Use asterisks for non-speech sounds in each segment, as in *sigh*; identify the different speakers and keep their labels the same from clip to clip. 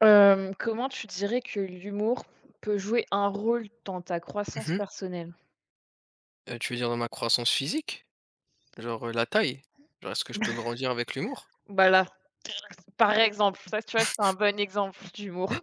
Speaker 1: Comment tu dirais que l'humour peut jouer un rôle dans ta croissance
Speaker 2: Mmh mh.
Speaker 1: personnelle?
Speaker 2: Tu veux dire dans ma croissance physique? Genre, la taille? Genre, est-ce que je peux grandir avec l'humour?
Speaker 1: Voilà, par exemple, ça, tu vois, c'est un bon exemple d'humour.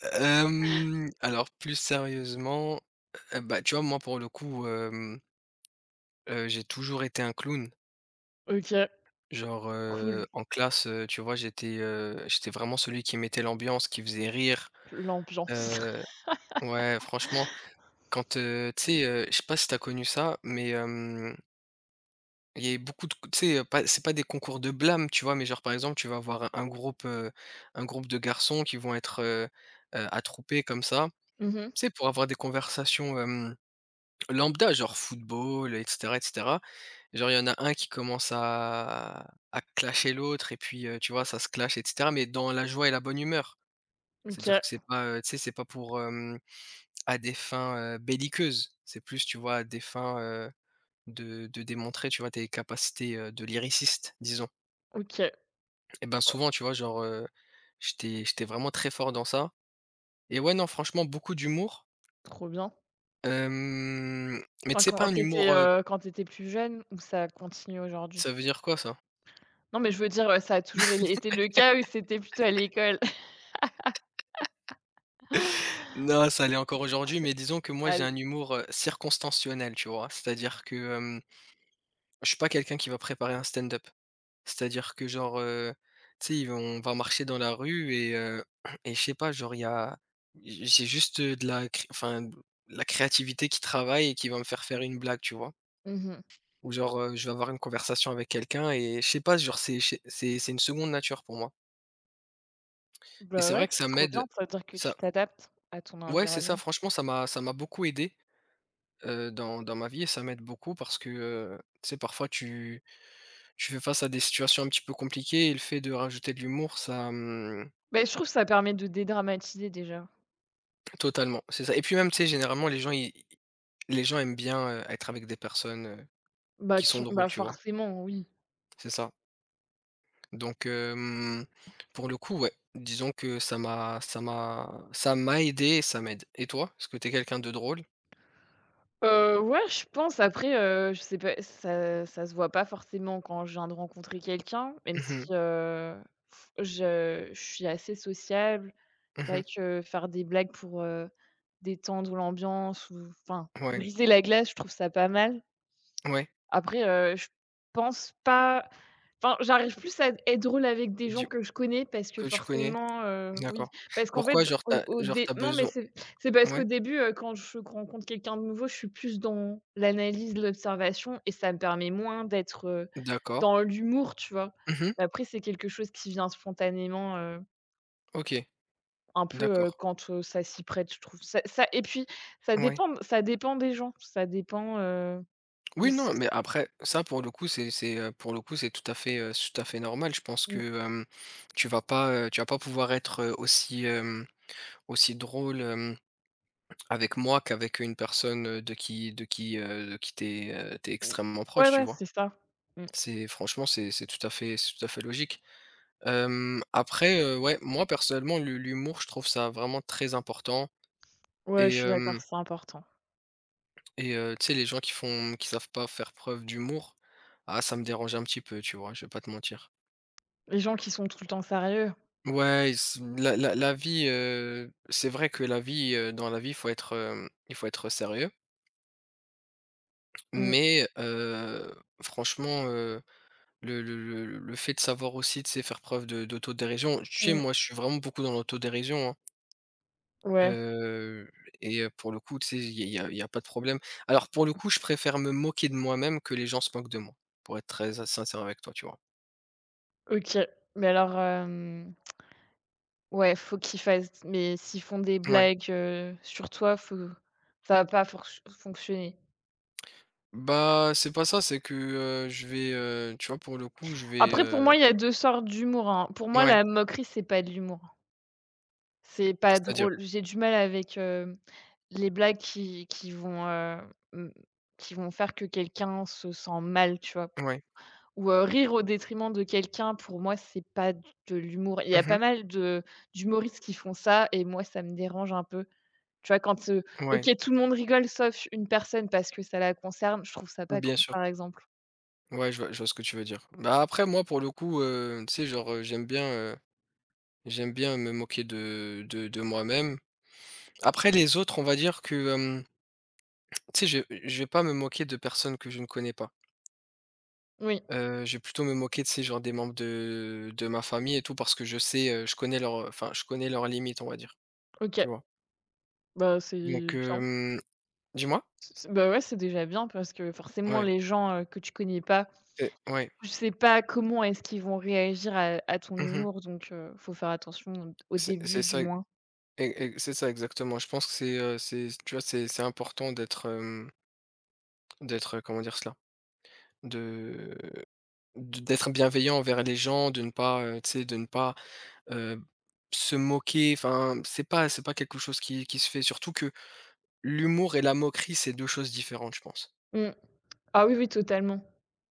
Speaker 2: Alors plus sérieusement, bah, tu vois, moi, pour le coup, j'ai toujours été un clown.
Speaker 1: OK,
Speaker 2: Genre,
Speaker 1: cool,
Speaker 2: en classe, tu vois, j'étais vraiment celui qui mettait l'ambiance, qui faisait rire.
Speaker 1: l'ambiance.
Speaker 2: Heu, ouais, franchement,
Speaker 1: *laughs*
Speaker 2: quand, tu sais, je sais pas si t'as connu ça, mais il y a beaucoup de, tu sais, pas, c'est pas des concours de blâme, tu vois? Mais genre, par exemple, tu vas avoir un groupe, un groupe de garçons qui vont être, attroupés comme ça,
Speaker 1: Mmh.
Speaker 2: tu sais, pour avoir des conversations, lambda, genre football, et cetera, et cetera. Genre, il y en a un qui commence à clasher l'autre et puis, tu vois, ça se clash, et cetera, mais dans la joie et la bonne humeur.
Speaker 1: OK,
Speaker 2: C'est-à-dire que c'est pas, tu sais, c'est pas pour, à des fins, belliqueuses. C'est plus, tu vois, à des fins, de démontrer, tu vois, tes capacités, de lyriciste, disons.
Speaker 1: OK.
Speaker 2: Et ben,
Speaker 1: Oh,
Speaker 2: souvent, tu vois? Genre, j'étais vraiment très fort dans ça et ouais, non, franchement, beaucoup d'humour,
Speaker 1: trop bien.
Speaker 2: hem, mais tu
Speaker 1: Enfin,
Speaker 2: sais, pas un humour.
Speaker 1: quand tu étais plus jeune ou ça continue aujourd'hui?
Speaker 2: Ça veut dire quoi ça?
Speaker 1: Non, mais je veux dire, ça a toujours é été le cas ou c'était plutôt à l'école? *laughs*
Speaker 2: Non, ça l'est encore aujourd'hui, mais disons que moi,
Speaker 1: À
Speaker 2: j'ai
Speaker 1: l
Speaker 2: un humour, circonstanciel, tu vois? C'est-à-dire que, je suis pas quelqu'un qui va préparer un stand-up. C'est-à-dire que genre, tu sais, ils vont on va marcher dans la rue et *clears throat* et je sais pas, genre, il y a j'ai juste, de la cré enfin, de la créativité qui travaille et qui va me faire faire une blague, tu vois?
Speaker 1: Mmh mh.
Speaker 2: Ou genre, je vais avoir une conversation avec quelqu'un et je sais pas, genre c'est chez c'est une seconde nature pour moi et
Speaker 1: Bah,
Speaker 2: c'est
Speaker 1: ouais,
Speaker 2: vrai que
Speaker 1: c'est
Speaker 2: ça
Speaker 1: trop
Speaker 2: m'aide,
Speaker 1: bien, ça veut dire que tu
Speaker 2: ça
Speaker 1: t'adaptes à ton
Speaker 2: ouais, c'est ça,
Speaker 1: environnement.
Speaker 2: franchement ça m'a beaucoup aidé, dans ma vie et ça m'aide beaucoup parce que, tu sais, parfois tu fais face à des situations un petit peu compliquées et le fait de rajouter de l'humour, ça.
Speaker 1: Beh, je trouve ça permet de dédramatiser déjà.
Speaker 2: Totalement, c'est ça et puis même, tu sais, généralement les gens aiment bien, être avec des personnes,
Speaker 1: Bah,
Speaker 2: qui
Speaker 1: qui
Speaker 2: sont drôles,
Speaker 1: bah,
Speaker 2: tu vois?
Speaker 1: forcément, oui.
Speaker 2: C'est ça. Donc, pour le coup, ouais, disons que ça m'a aidé et ça m'aide. Et toi, est-ce que t'es quelqu'un de drôle?
Speaker 1: Ouais, je pense après, je sais pas, ça se voit pas forcément quand je viens de rencontrer quelqu'un, même
Speaker 2: Mmh mh.
Speaker 1: si, je suis assez sociable. C'est vrai
Speaker 2: Mmh.
Speaker 1: que faire des blagues pour, détendre l'ambiance ou enfin
Speaker 2: Ouais,
Speaker 1: briser la glace, je trouve ça pas mal.
Speaker 2: ouais,
Speaker 1: Après, je pense pas enfin, j'arrive plus à être drôle avec des gens
Speaker 2: du
Speaker 1: que je connais parce que
Speaker 2: que tu connais?
Speaker 1: forcément, oui,
Speaker 2: D'accord.
Speaker 1: parce qu'en fait,
Speaker 2: Pourquoi,
Speaker 1: au au
Speaker 2: genre
Speaker 1: dé
Speaker 2: t'as
Speaker 1: non, mais
Speaker 2: besoin,
Speaker 1: c'est parce qu'au
Speaker 2: ouais,
Speaker 1: début, quand je rencontre quelqu'un de nouveau, je suis plus dans l'analyse, l'observation et ça me permet moins d'être,
Speaker 2: d'accord.
Speaker 1: dans l'humour, tu vois?
Speaker 2: Mmh.
Speaker 1: Après, c'est quelque chose qui vient spontanément,
Speaker 2: OK,
Speaker 1: un peu,
Speaker 2: d'accord.
Speaker 1: quand, ça s'y prête, je trouve. Ça et puis ça
Speaker 2: Ouais.
Speaker 1: dépend ça dépend des gens, ça dépend, de
Speaker 2: Oui,
Speaker 1: si
Speaker 2: non, mais après ça, pour le coup, pour le coup, c'est tout à fait normal. Je pense que,
Speaker 1: mmh.
Speaker 2: tu vas pas pouvoir être, aussi, aussi drôle, hem avec moi qu'avec une personne, de qui t'es
Speaker 1: Mmh.
Speaker 2: extrêmement
Speaker 1: Ouais,
Speaker 2: proche, tu
Speaker 1: ouais,
Speaker 2: vois?
Speaker 1: c'est ça. Mmh.
Speaker 2: C'est, franchement, c'est tout à fait logique. Après, ouais, moi personnellement, l'humour, je trouve ça vraiment très important
Speaker 1: Ouais, je
Speaker 2: et
Speaker 1: suis d'accord,
Speaker 2: hem
Speaker 1: c'est important.
Speaker 2: et tu sais, les gens qui savent pas faire preuve d'humour, ah, ça me dérange un petit peu, tu vois? Je vais pas te mentir.
Speaker 1: Les gens qui sont tout le temps sérieux.
Speaker 2: Ouais, ils s la la la vie, c'est vrai que la vie, dans la vie, il faut être, sérieux,
Speaker 1: Mmh,
Speaker 2: mais franchement, Le le le fait de savoir aussi, tu sais, faire preuve de d'autodérision. Tu sais,
Speaker 1: mmh.
Speaker 2: moi, je suis vraiment beaucoup dans l'autodérision, hein,
Speaker 1: Ouais,
Speaker 2: heu et pour le coup, tu sais, il y a y a pas de problème. Alors, pour le coup, je préfère me moquer de moi-même que les gens se moquent de moi, pour être très sincère avec toi, tu vois?
Speaker 1: OK. Mais alors, ouais, faut qu'ils fassent mais s'ils font des
Speaker 2: Ouais.
Speaker 1: blagues, sur toi, faut ça va pas forch fonctionner.
Speaker 2: Bah, c'est pas ça, c'est que, je vais, tu vois, pour le coup, je vais,
Speaker 1: Après pour moi, il y a 2 sortes d'humour, hein. Pour moi,
Speaker 2: ouais,
Speaker 1: la moquerie, c'est pas de l'humour, hein. C'est pas
Speaker 2: c'est-à-dire?
Speaker 1: drôle. J'ai du mal avec, les blagues qui vont, mmh, qui vont faire que quelqu'un se sent mal, tu vois?
Speaker 2: Ouais.
Speaker 1: Ou, rire au détriment de quelqu'un, pour moi, c'est pas de l'humour. Il y a pas
Speaker 2: Mmh.
Speaker 1: mal de d'humoristes qui font ça et moi, ça me dérange un peu. Tu vois, OK,
Speaker 2: Ouais,
Speaker 1: tout le monde rigole sauf une personne parce que ça la concerne, je trouve ça pas
Speaker 2: bien
Speaker 1: cool,
Speaker 2: sûr.
Speaker 1: par exemple.
Speaker 2: Ouais, je vois ce que tu veux dire. Bah, après, moi, pour le coup, tu sais, genre, J'aime bien me moquer de moi-même. Après les autres, on va dire que, tu sais, je vais pas me moquer de personnes que je ne connais pas.
Speaker 1: Oui,
Speaker 2: Je vais plutôt me moquer de ces genre des membres de ma famille et tout parce que je sais, je connais leur enfin, je connais leurs limites, on va dire,
Speaker 1: OK,
Speaker 2: tu vois?
Speaker 1: bah, c'est
Speaker 2: Donc
Speaker 1: bien.
Speaker 2: hem dis-moi?
Speaker 1: C c Bah, ouais, c'est déjà bien parce que forcément
Speaker 2: Ouais,
Speaker 1: les gens, que tu connais pas,
Speaker 2: c'est ouais.
Speaker 1: tu sais pas comment est-ce qu'ils vont réagir à ton
Speaker 2: Mmh.
Speaker 1: humour donc faut faire attention au
Speaker 2: C'est
Speaker 1: début du
Speaker 2: ça, e
Speaker 1: moins.
Speaker 2: e c'est ça exactement. Je pense que c'est tu vois, c'est important d'être, d'être, comment dire cela? De de d'être bienveillant envers les gens, de ne pas, tu sais, de ne pas Heu, se moquer, enfin, c'est pas quelque chose qui se fait, surtout que l'humour et la moquerie, c'est 2 choses différentes, je pense.
Speaker 1: Mmh. Ah oui, oui, totalement.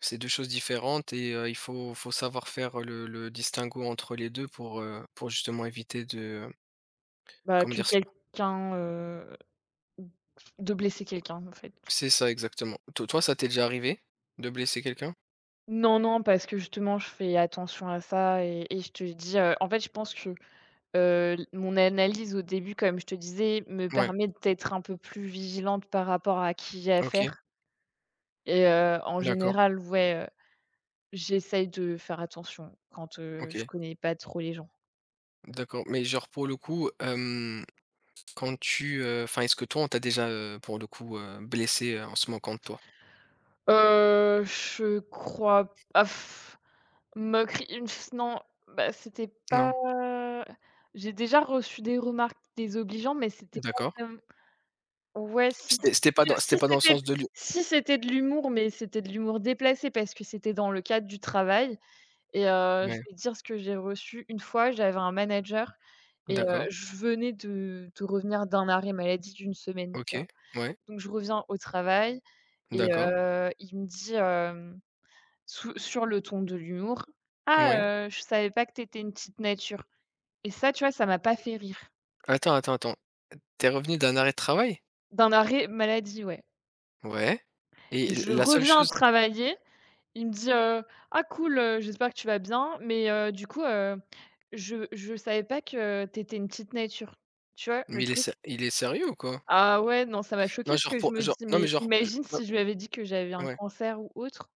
Speaker 2: C'est 2 choses différentes et il faut savoir faire le distinguo entre les 2 pour justement éviter de,
Speaker 1: Bah,
Speaker 2: comment
Speaker 1: que
Speaker 2: dire cela?
Speaker 1: quelqu'un, De blesser quelqu'un, en fait?
Speaker 2: C'est ça, exactement. To Toi, ça t'est déjà arrivé de blesser quelqu'un?
Speaker 1: Non, non, parce que justement, je fais attention à ça et je te dis, en fait, je pense que, l mon analyse au début, comme je te disais, me
Speaker 2: Ouais,
Speaker 1: permet d'être un peu plus vigilante par rapport à qui j'ai
Speaker 2: OK,
Speaker 1: affaire et en
Speaker 2: d'accord,
Speaker 1: général, ouais, j'essaye de faire attention quand, je
Speaker 2: OK,
Speaker 1: connais pas trop les gens.
Speaker 2: d'accord, mais genre pour le coup, enfin, est-ce que toi, on t'a déjà, pour le coup, blessé, en se moquant de toi?
Speaker 1: Je crois, ah pff, moquerie, une f non, bah, c'était pas
Speaker 2: Non?
Speaker 1: j'ai déjà reçu des remarques désobligeantes, mais c'était pas
Speaker 2: D'accord.
Speaker 1: vraiment ouais, si
Speaker 2: C'était c'était pas
Speaker 1: si
Speaker 2: dans c'était
Speaker 1: si
Speaker 2: pas dans le
Speaker 1: c'était
Speaker 2: sens de l'hu
Speaker 1: si c'était de l'humour, mais c'était de l'humour déplacé parce que c'était dans le cadre du travail et je
Speaker 2: ouais,
Speaker 1: vais dire ce que j'ai reçu. Une fois, j'avais un manager et
Speaker 2: d'accord,
Speaker 1: je venais de revenir d'un arrêt maladie d'une semaine, tu
Speaker 2: OK,
Speaker 1: vois?
Speaker 2: ouais,
Speaker 1: Donc je reviens au travail et
Speaker 2: d'accord,
Speaker 1: il me dit, hem Sou sur le ton de l'humour: «Ah,
Speaker 2: ouais.
Speaker 1: je savais pas que t'étais une petite nature» et ça, tu vois, ça m'a pas fait rire.
Speaker 2: Attends, attends, attends. Tu es revenu d'un arrêt de travail?
Speaker 1: D'un arrêt maladie, ouais.
Speaker 2: Ouais et
Speaker 1: Et
Speaker 2: l
Speaker 1: je
Speaker 2: la seule
Speaker 1: reviens
Speaker 2: chose,
Speaker 1: travailler, il me dit: «Ah cool, j'espère que tu vas bien, mais du coup, je savais pas que t'étais une petite nature». Tu vois, le
Speaker 2: mais
Speaker 1: truc?
Speaker 2: il est sérieux ou quoi?
Speaker 1: Ah ouais, non, ça m'a choqué
Speaker 2: Non,
Speaker 1: parce
Speaker 2: genre,
Speaker 1: que je
Speaker 2: pour
Speaker 1: me
Speaker 2: genre
Speaker 1: dis:
Speaker 2: non, mais
Speaker 1: «Mais
Speaker 2: genre je
Speaker 1: imagine
Speaker 2: non,
Speaker 1: si je lui avais dit que j'avais un
Speaker 2: ouais,
Speaker 1: cancer ou autre?»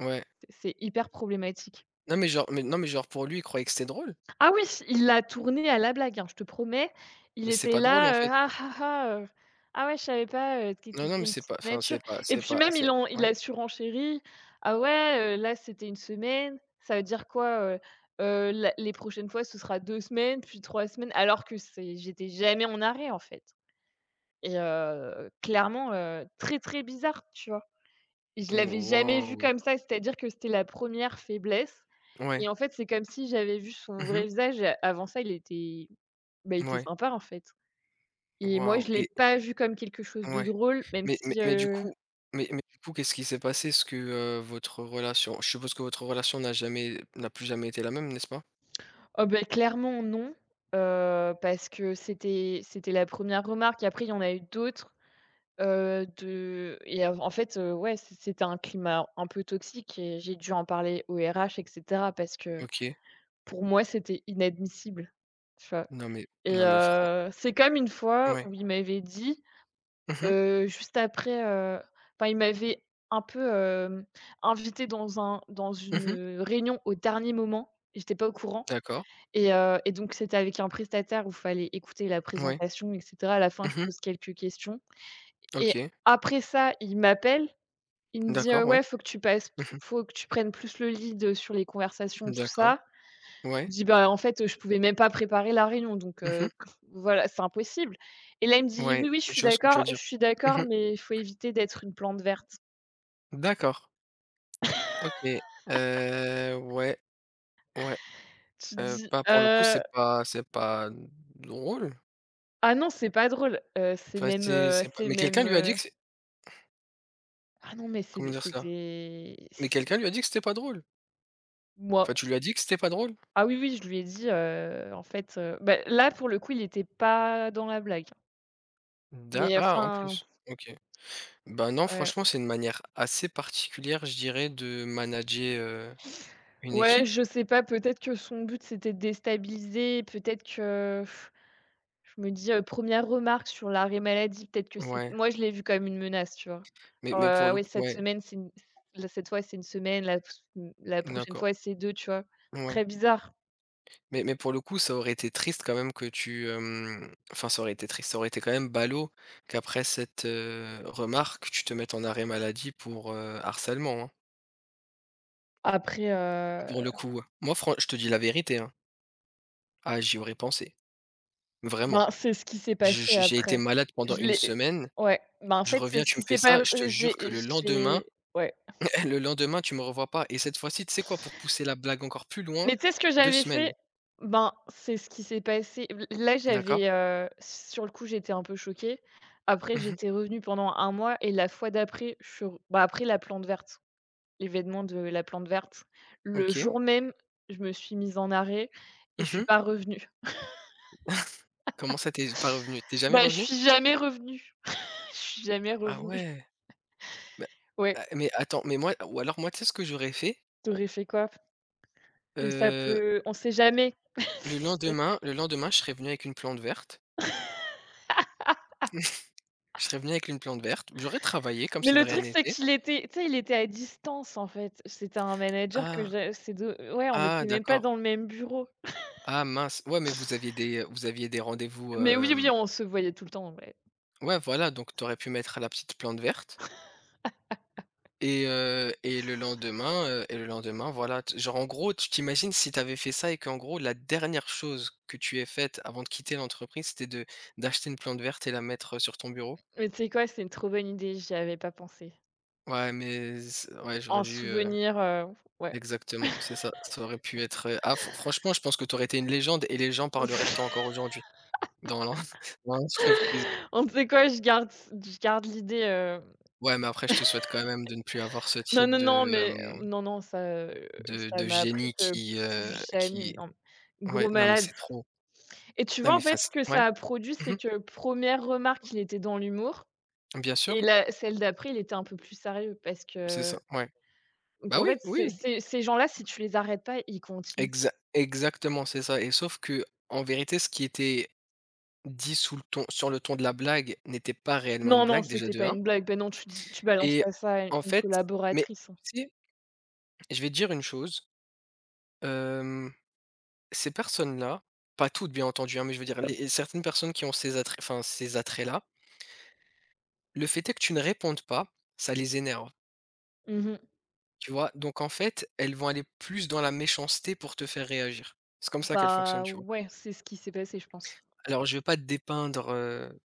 Speaker 2: ouais.
Speaker 1: C'est hyper problématique.
Speaker 2: Non, mais genre mais non, mais genre pour lui, il croyait que c'était drôle,
Speaker 1: Ah oui, il l'a tourné à la blague, hein, je te promets. Il
Speaker 2: mais c'est
Speaker 1: était
Speaker 2: pas drôle en
Speaker 1: là:
Speaker 2: fait.
Speaker 1: Ah ouais, je savais pas, que tu
Speaker 2: Non,
Speaker 1: étais
Speaker 2: non, mais
Speaker 1: une
Speaker 2: c'est pas,
Speaker 1: petite
Speaker 2: enfin,
Speaker 1: nature»
Speaker 2: c'est pas
Speaker 1: et
Speaker 2: c'est
Speaker 1: puis
Speaker 2: pas
Speaker 1: même
Speaker 2: c'est
Speaker 1: il
Speaker 2: ouais.
Speaker 1: a surenchéri: «Ah ouais, là, c'était une semaine, ça veut dire quoi, la les prochaines fois, ce sera 2 semaines, puis 3 semaines», alors que c'est j'étais jamais en arrêt, en fait et clairement, très, très bizarre, tu vois? Je l'avais jamais vu
Speaker 2: Waouh!
Speaker 1: comme ça, c'est-à-dire que c'était la première faiblesse et
Speaker 2: Ouais.
Speaker 1: en fait, c'est comme si j'avais vu son
Speaker 2: Mmh
Speaker 1: vrai
Speaker 2: mh.
Speaker 1: visage. Avant ça, il était, bah, il était
Speaker 2: Ouais.
Speaker 1: sympa, en fait et moi,
Speaker 2: Waouh,
Speaker 1: je l'ai
Speaker 2: et
Speaker 1: pas vu comme quelque chose de
Speaker 2: ouais.
Speaker 1: drôle, même
Speaker 2: Mais mais
Speaker 1: si,
Speaker 2: mais du coup du coup, qu'est-ce qui s'est passé? Est-ce que, votre relation je suppose que votre relation n'a plus jamais été la même, n'est-ce pas?
Speaker 1: oh, beh, clairement non, parce que c'était la première remarque. Après, il y en a eu d'autres, de et en fait, ouais, c'était un climat un peu toxique et j'ai dû en parler aux RH et cetera parce que,
Speaker 2: OK.
Speaker 1: pour moi, c'était inadmissible, tu vois?
Speaker 2: Non, mais
Speaker 1: Et
Speaker 2: non, mais franc
Speaker 1: c'est comme une fois
Speaker 2: ouais.
Speaker 1: où il m'avait dit,
Speaker 2: Mmh mh.
Speaker 1: juste après, enfin il m'avait un peu, invitée dans
Speaker 2: Mmh.
Speaker 1: une réunion au dernier moment. J'étais pas au courant
Speaker 2: D'accord.
Speaker 1: et donc c'était avec un prestataire où il fallait écouter la
Speaker 2: Ouais.
Speaker 1: présentation et cetera. À la fin, je
Speaker 2: Mmh.
Speaker 1: pose quelques questions et
Speaker 2: OK.
Speaker 1: après ça, il m'appelle, il me dit:
Speaker 2: D'accord,
Speaker 1: Ouais,
Speaker 2: ouais. Mmh.
Speaker 1: faut que tu prennes plus le lead, sur les conversations, tout
Speaker 2: D'accord.
Speaker 1: ça».
Speaker 2: Ouais.
Speaker 1: Je dis: «Bah, en fait, je pouvais même pas préparer la réunion donc
Speaker 2: Mmh.
Speaker 1: *laughs* voilà, c'est impossible» et là, il me dit:
Speaker 2: Ouais,
Speaker 1: «Oui, oui,
Speaker 2: je vois ce que tu veux
Speaker 1: je
Speaker 2: dire.
Speaker 1: suis d'accord,
Speaker 2: Mmh.
Speaker 1: mais il faut éviter d'être une plante verte».
Speaker 2: D'accord. OK. Ouais, ouais.
Speaker 1: Tu te dis:
Speaker 2: Bah, pour le coup, c'est pas drôle.
Speaker 1: Ah non, c'est pas drôle,
Speaker 2: Enfin, c'est pas
Speaker 1: c'est
Speaker 2: mais quelqu'un
Speaker 1: même,»
Speaker 2: lui a dit que c'est,
Speaker 1: ah non, mais
Speaker 2: comment
Speaker 1: c'est
Speaker 2: dire cela?
Speaker 1: c'était
Speaker 2: Mais
Speaker 1: c
Speaker 2: quelqu'un lui a dit que c'était pas drôle.
Speaker 1: moi
Speaker 2: Enfin, tu lui as dit que c'était pas drôle?
Speaker 1: ah oui, oui, je lui ai dit, en fait, bah, là, pour le coup, il était pas dans la blague,
Speaker 2: D'a
Speaker 1: mais
Speaker 2: Ah, en
Speaker 1: enfin,
Speaker 2: plus, OK. Ben non,
Speaker 1: ouais.
Speaker 2: franchement, c'est une manière assez particulière, je dirais, de manager, heu, une
Speaker 1: Ouais,
Speaker 2: équipe.
Speaker 1: je sais pas, peut-être que son but, c'était de déstabiliser, peut-être que je me dis, 1 remarque sur l'arrêt maladie, peut-être que c'est
Speaker 2: Ouais,
Speaker 1: moi je l'ai vu comme une menace, tu vois?
Speaker 2: mais
Speaker 1: Genre,
Speaker 2: pour le
Speaker 1: oui
Speaker 2: coup,
Speaker 1: cette
Speaker 2: ouais,
Speaker 1: semaine c'est une là cette fois c'est une semaine, la prochaine
Speaker 2: d'accord,
Speaker 1: fois c'est deux, tu vois?
Speaker 2: ouais,
Speaker 1: Très bizarre.
Speaker 2: mais pour le coup, ça aurait été triste quand même que tu, hem, enfin, ça aurait été triste, ça aurait été quand même ballot qu'après cette, remarque, tu te mettes en arrêt maladie pour, harcèlement, hein,
Speaker 1: Après,
Speaker 2: pour le coup, ouais. Moi, fran je te dis la vérité, hein. Ah, j'y aurais pensé, vraiment.
Speaker 1: ben, c'est ce qui s'est passé
Speaker 2: J'ai été
Speaker 1: après.
Speaker 2: malade pendant
Speaker 1: Je
Speaker 2: une
Speaker 1: l'ai
Speaker 2: semaine
Speaker 1: Ouais, ben, en
Speaker 2: Je
Speaker 1: fait, c'est
Speaker 2: reviens,
Speaker 1: ce
Speaker 2: tu
Speaker 1: qui
Speaker 2: me fais
Speaker 1: s'est pas
Speaker 2: ça, je te jure que
Speaker 1: j'ai
Speaker 2: le lendemain
Speaker 1: j'ai ouais.
Speaker 2: *laughs* le lendemain, tu me revois pas et cette fois-ci, tu sais quoi? Pour pousser la blague encore plus loin,
Speaker 1: Mais tu sais ce que
Speaker 2: 2
Speaker 1: j'avais fait?
Speaker 2: semaines,
Speaker 1: Ben, c'est ce qui s'est passé. L Là,
Speaker 2: d'accord?
Speaker 1: j'avais, sur le coup, j'étais un peu choquée. Après,
Speaker 2: Mmh.
Speaker 1: j'étais revenue pendant un mois et la fois d'après, je suis re bah, après la plante verte, l'événement de la plante verte, le
Speaker 2: OK.
Speaker 1: jour même, je me suis mise en arrêt et je suis
Speaker 2: Mmh.
Speaker 1: pas revenue.
Speaker 2: Comment ça, t'es pas revenu? T'es jamais
Speaker 1: Bah, je
Speaker 2: revenu?
Speaker 1: suis jamais revenue. *laughs* Je suis jamais
Speaker 2: Ah
Speaker 1: revenue.
Speaker 2: ouais, mais
Speaker 1: Ouais,
Speaker 2: a mais attends, mais moi, ou alors moi, tu sais ce que j'aurais fait?
Speaker 1: t'aurais fait quoi? Que ça
Speaker 2: Heu,
Speaker 1: peut On sait jamais.
Speaker 2: le
Speaker 1: *laughs*
Speaker 2: lendemain, je serais venu avec une plante verte, je serais venu avec une plante verte, j'aurais travaillé comme
Speaker 1: Mais
Speaker 2: si de
Speaker 1: le
Speaker 2: rien
Speaker 1: truc, c'est
Speaker 2: n'était.
Speaker 1: qu'il était tu sais, il était à distance, en fait. C'était un manager que
Speaker 2: Ah!
Speaker 1: j'ai. C'est de Ouais, on
Speaker 2: Ah,
Speaker 1: n'était même pas
Speaker 2: d'accord.
Speaker 1: dans le même bureau.
Speaker 2: Ah, mince. Ouais, mais vous aviez des rendez-vous,
Speaker 1: Mais oui, oui,
Speaker 2: hem
Speaker 1: on se voyait tout le temps, ouais.
Speaker 2: Ouais, voilà, donc tu aurais pu mettre la petite plante verte et et le lendemain, voilà, t genre, en gros, tu t'imagines si tu avais fait ça et qu'en gros, la dernière chose que tu aies faite avant de quitter l'entreprise, c'était de d'acheter une plante verte et la mettre, sur ton bureau?
Speaker 1: Mais tu sais quoi? C'est une trop bonne idée, j'y avais pas pensé.
Speaker 2: Ouais, mais c ouais, j'aurais
Speaker 1: En
Speaker 2: dû,
Speaker 1: souvenir, ouais.
Speaker 2: exactement, c'est ça, ça aurait pu être, ah, franchement, je pense que tu aurais été une légende et les gens parleraient de toi
Speaker 1: *laughs*
Speaker 2: encore aujourd'hui dans l'en *laughs* dans l'entreprise.
Speaker 1: On Tu sais quoi? Je garde l'idée,
Speaker 2: Ouais, mais après, je te souhaite quand même de ne plus avoir ce
Speaker 1: non,
Speaker 2: type
Speaker 1: non, non,
Speaker 2: de, hem
Speaker 1: mais non, non, ça, heu,
Speaker 2: de
Speaker 1: ça m'a appris
Speaker 2: génie
Speaker 1: que
Speaker 2: qui,
Speaker 1: plus jamais,
Speaker 2: qui
Speaker 1: non, gros
Speaker 2: ouais, non, mais
Speaker 1: malade.
Speaker 2: c'est trop.
Speaker 1: Et tu
Speaker 2: Non,
Speaker 1: vois,
Speaker 2: mais
Speaker 1: en
Speaker 2: enfin,
Speaker 1: fait, ce
Speaker 2: c'est
Speaker 1: que
Speaker 2: ouais.
Speaker 1: ça a produit, c'est
Speaker 2: Mmh.
Speaker 1: que première remarque, il était dans l'humour.
Speaker 2: Bien sûr,
Speaker 1: Et la celle d'après, il était un peu plus sérieux parce
Speaker 2: c'est
Speaker 1: que
Speaker 2: ça, ouais.
Speaker 1: donc
Speaker 2: Bah,
Speaker 1: en
Speaker 2: oui,
Speaker 1: fait, ces
Speaker 2: oui,
Speaker 1: ces ces gens-là, si tu les arrêtes pas, ils continuent.
Speaker 2: exactement, c'est ça, et sauf que, en vérité, ce qui était dit sous le ton sur le ton de la blague n'était pas réellement une
Speaker 1: Non, non,
Speaker 2: blague, déjà,
Speaker 1: c'était
Speaker 2: de
Speaker 1: pas
Speaker 2: 1,
Speaker 1: une blague. Bah non, tu balances
Speaker 2: et
Speaker 1: pas ça à
Speaker 2: en
Speaker 1: une
Speaker 2: fait, mais
Speaker 1: collaboratrice.
Speaker 2: tu sais, je vais te dire une chose, hem, ces personnes-là, pas toutes, bien entendu, hein, mais je veux dire, les certaines personnes qui ont ces attraits enfin, ces attraits-là, le fait est que tu ne répondes pas, ça les énerve.
Speaker 1: Mmh.
Speaker 2: Tu vois? Donc en fait, elles vont aller plus dans la méchanceté pour te faire réagir. C'est comme ça qu'elles fonctionnent,
Speaker 1: Bah
Speaker 2: tu vois?
Speaker 1: ouais, c'est ce qui s'est passé, je pense.
Speaker 2: Alors je vais pas te dépeindre,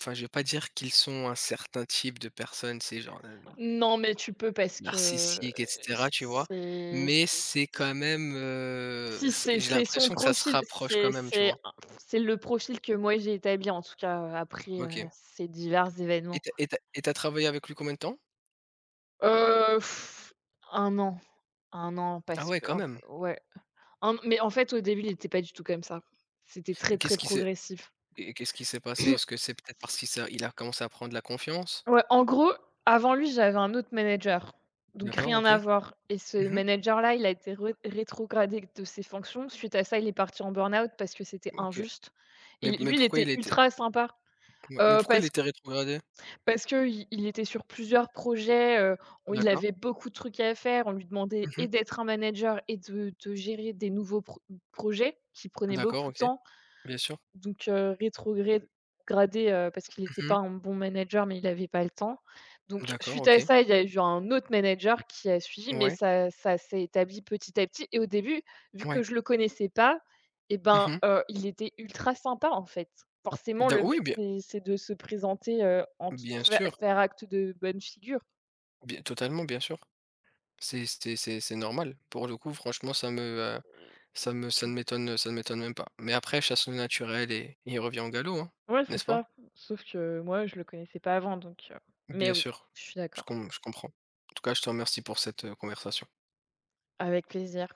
Speaker 2: enfin je vais pas dire qu'ils sont un certain type de personnes, c'est genre,
Speaker 1: Non, mais tu peux parce que
Speaker 2: narcissique et cetera, tu vois?
Speaker 1: c'est
Speaker 2: Mais c'est quand même,
Speaker 1: si
Speaker 2: c'est
Speaker 1: c'est
Speaker 2: j'ai
Speaker 1: c'est son
Speaker 2: l'impression que ça se
Speaker 1: profil,
Speaker 2: rapproche
Speaker 1: c'est
Speaker 2: quand même, tu
Speaker 1: c'est
Speaker 2: vois?
Speaker 1: c'est le profil que moi j'ai établi en tout cas, après,
Speaker 2: OK.
Speaker 1: ces divers
Speaker 2: Et
Speaker 1: événements.
Speaker 2: t'as et tu travaillé avec lui combien de temps?
Speaker 1: Heu, 1 an, un an
Speaker 2: Ah
Speaker 1: parce
Speaker 2: ouais,
Speaker 1: que
Speaker 2: quand
Speaker 1: en
Speaker 2: même.
Speaker 1: ouais. En Mais en fait, au début, il était pas du tout comme ça. C'était très,
Speaker 2: Et
Speaker 1: très
Speaker 2: qu'est-ce qui s'est
Speaker 1: progressif.
Speaker 2: et qu'est-ce qui s'est passé? Est-ce que c'est peut-être parce qu'il a commencé à prendre la confiance?
Speaker 1: Ouais, en gros, avant lui, j'avais un autre manager, donc
Speaker 2: D'accord,
Speaker 1: rien
Speaker 2: OK.
Speaker 1: à voir et ce
Speaker 2: Mmh.
Speaker 1: manager-là, il a été re rétrogradé de ses fonctions. Suite à ça, il est parti en burn-out parce que c'était
Speaker 2: OK.
Speaker 1: injuste et
Speaker 2: Mais
Speaker 1: lui, il
Speaker 2: pourquoi
Speaker 1: était
Speaker 2: il était
Speaker 1: ultra sympa,
Speaker 2: Ouais, mais
Speaker 1: heu,
Speaker 2: pourquoi il
Speaker 1: parce
Speaker 2: était rétrogradé?
Speaker 1: parce qu'il était sur plusieurs projets, on il
Speaker 2: D'accord.
Speaker 1: avait beaucoup de trucs à faire. On lui demandait et
Speaker 2: Mmh.
Speaker 1: d'être un manager et de gérer des nouveaux projets qui prenaient
Speaker 2: D'accord,
Speaker 1: beaucoup de
Speaker 2: OK.
Speaker 1: temps.
Speaker 2: Bien sûr.
Speaker 1: Donc rétrogradé, parce qu'il n'était pas
Speaker 2: Mmh.
Speaker 1: un bon manager, mais il n'avait pas le temps. Donc
Speaker 2: D'accord,
Speaker 1: suite à
Speaker 2: OK.
Speaker 1: ça, il y a eu un autre manager qui a suivi, mais
Speaker 2: Ouais,
Speaker 1: ça s'est établi petit à petit et au début, vu que
Speaker 2: ouais.
Speaker 1: je le connaissais pas et ben,
Speaker 2: Mmh.
Speaker 1: il était ultra sympa, en fait. Forcément,
Speaker 2: Da
Speaker 1: le but,
Speaker 2: Oui, bien,
Speaker 1: c'est de se présenter, en t
Speaker 2: bien
Speaker 1: fai
Speaker 2: sûr,
Speaker 1: faire acte de bonne figure.
Speaker 2: bien, totalement, bien sûr. C'est normal. Pour le coup, franchement, ça me, ça ne m'étonne, même pas. Mais après, chasse au naturel et il revient au galop, hein,
Speaker 1: Ouais, c'est
Speaker 2: n'est-ce pas?
Speaker 1: ça. Sauf que moi, je le connaissais pas avant donc mais
Speaker 2: Bien
Speaker 1: oui,
Speaker 2: sûr,
Speaker 1: je suis d'accord.
Speaker 2: je comprends. En tout cas, je te remercie pour cette, conversation.
Speaker 1: Avec plaisir.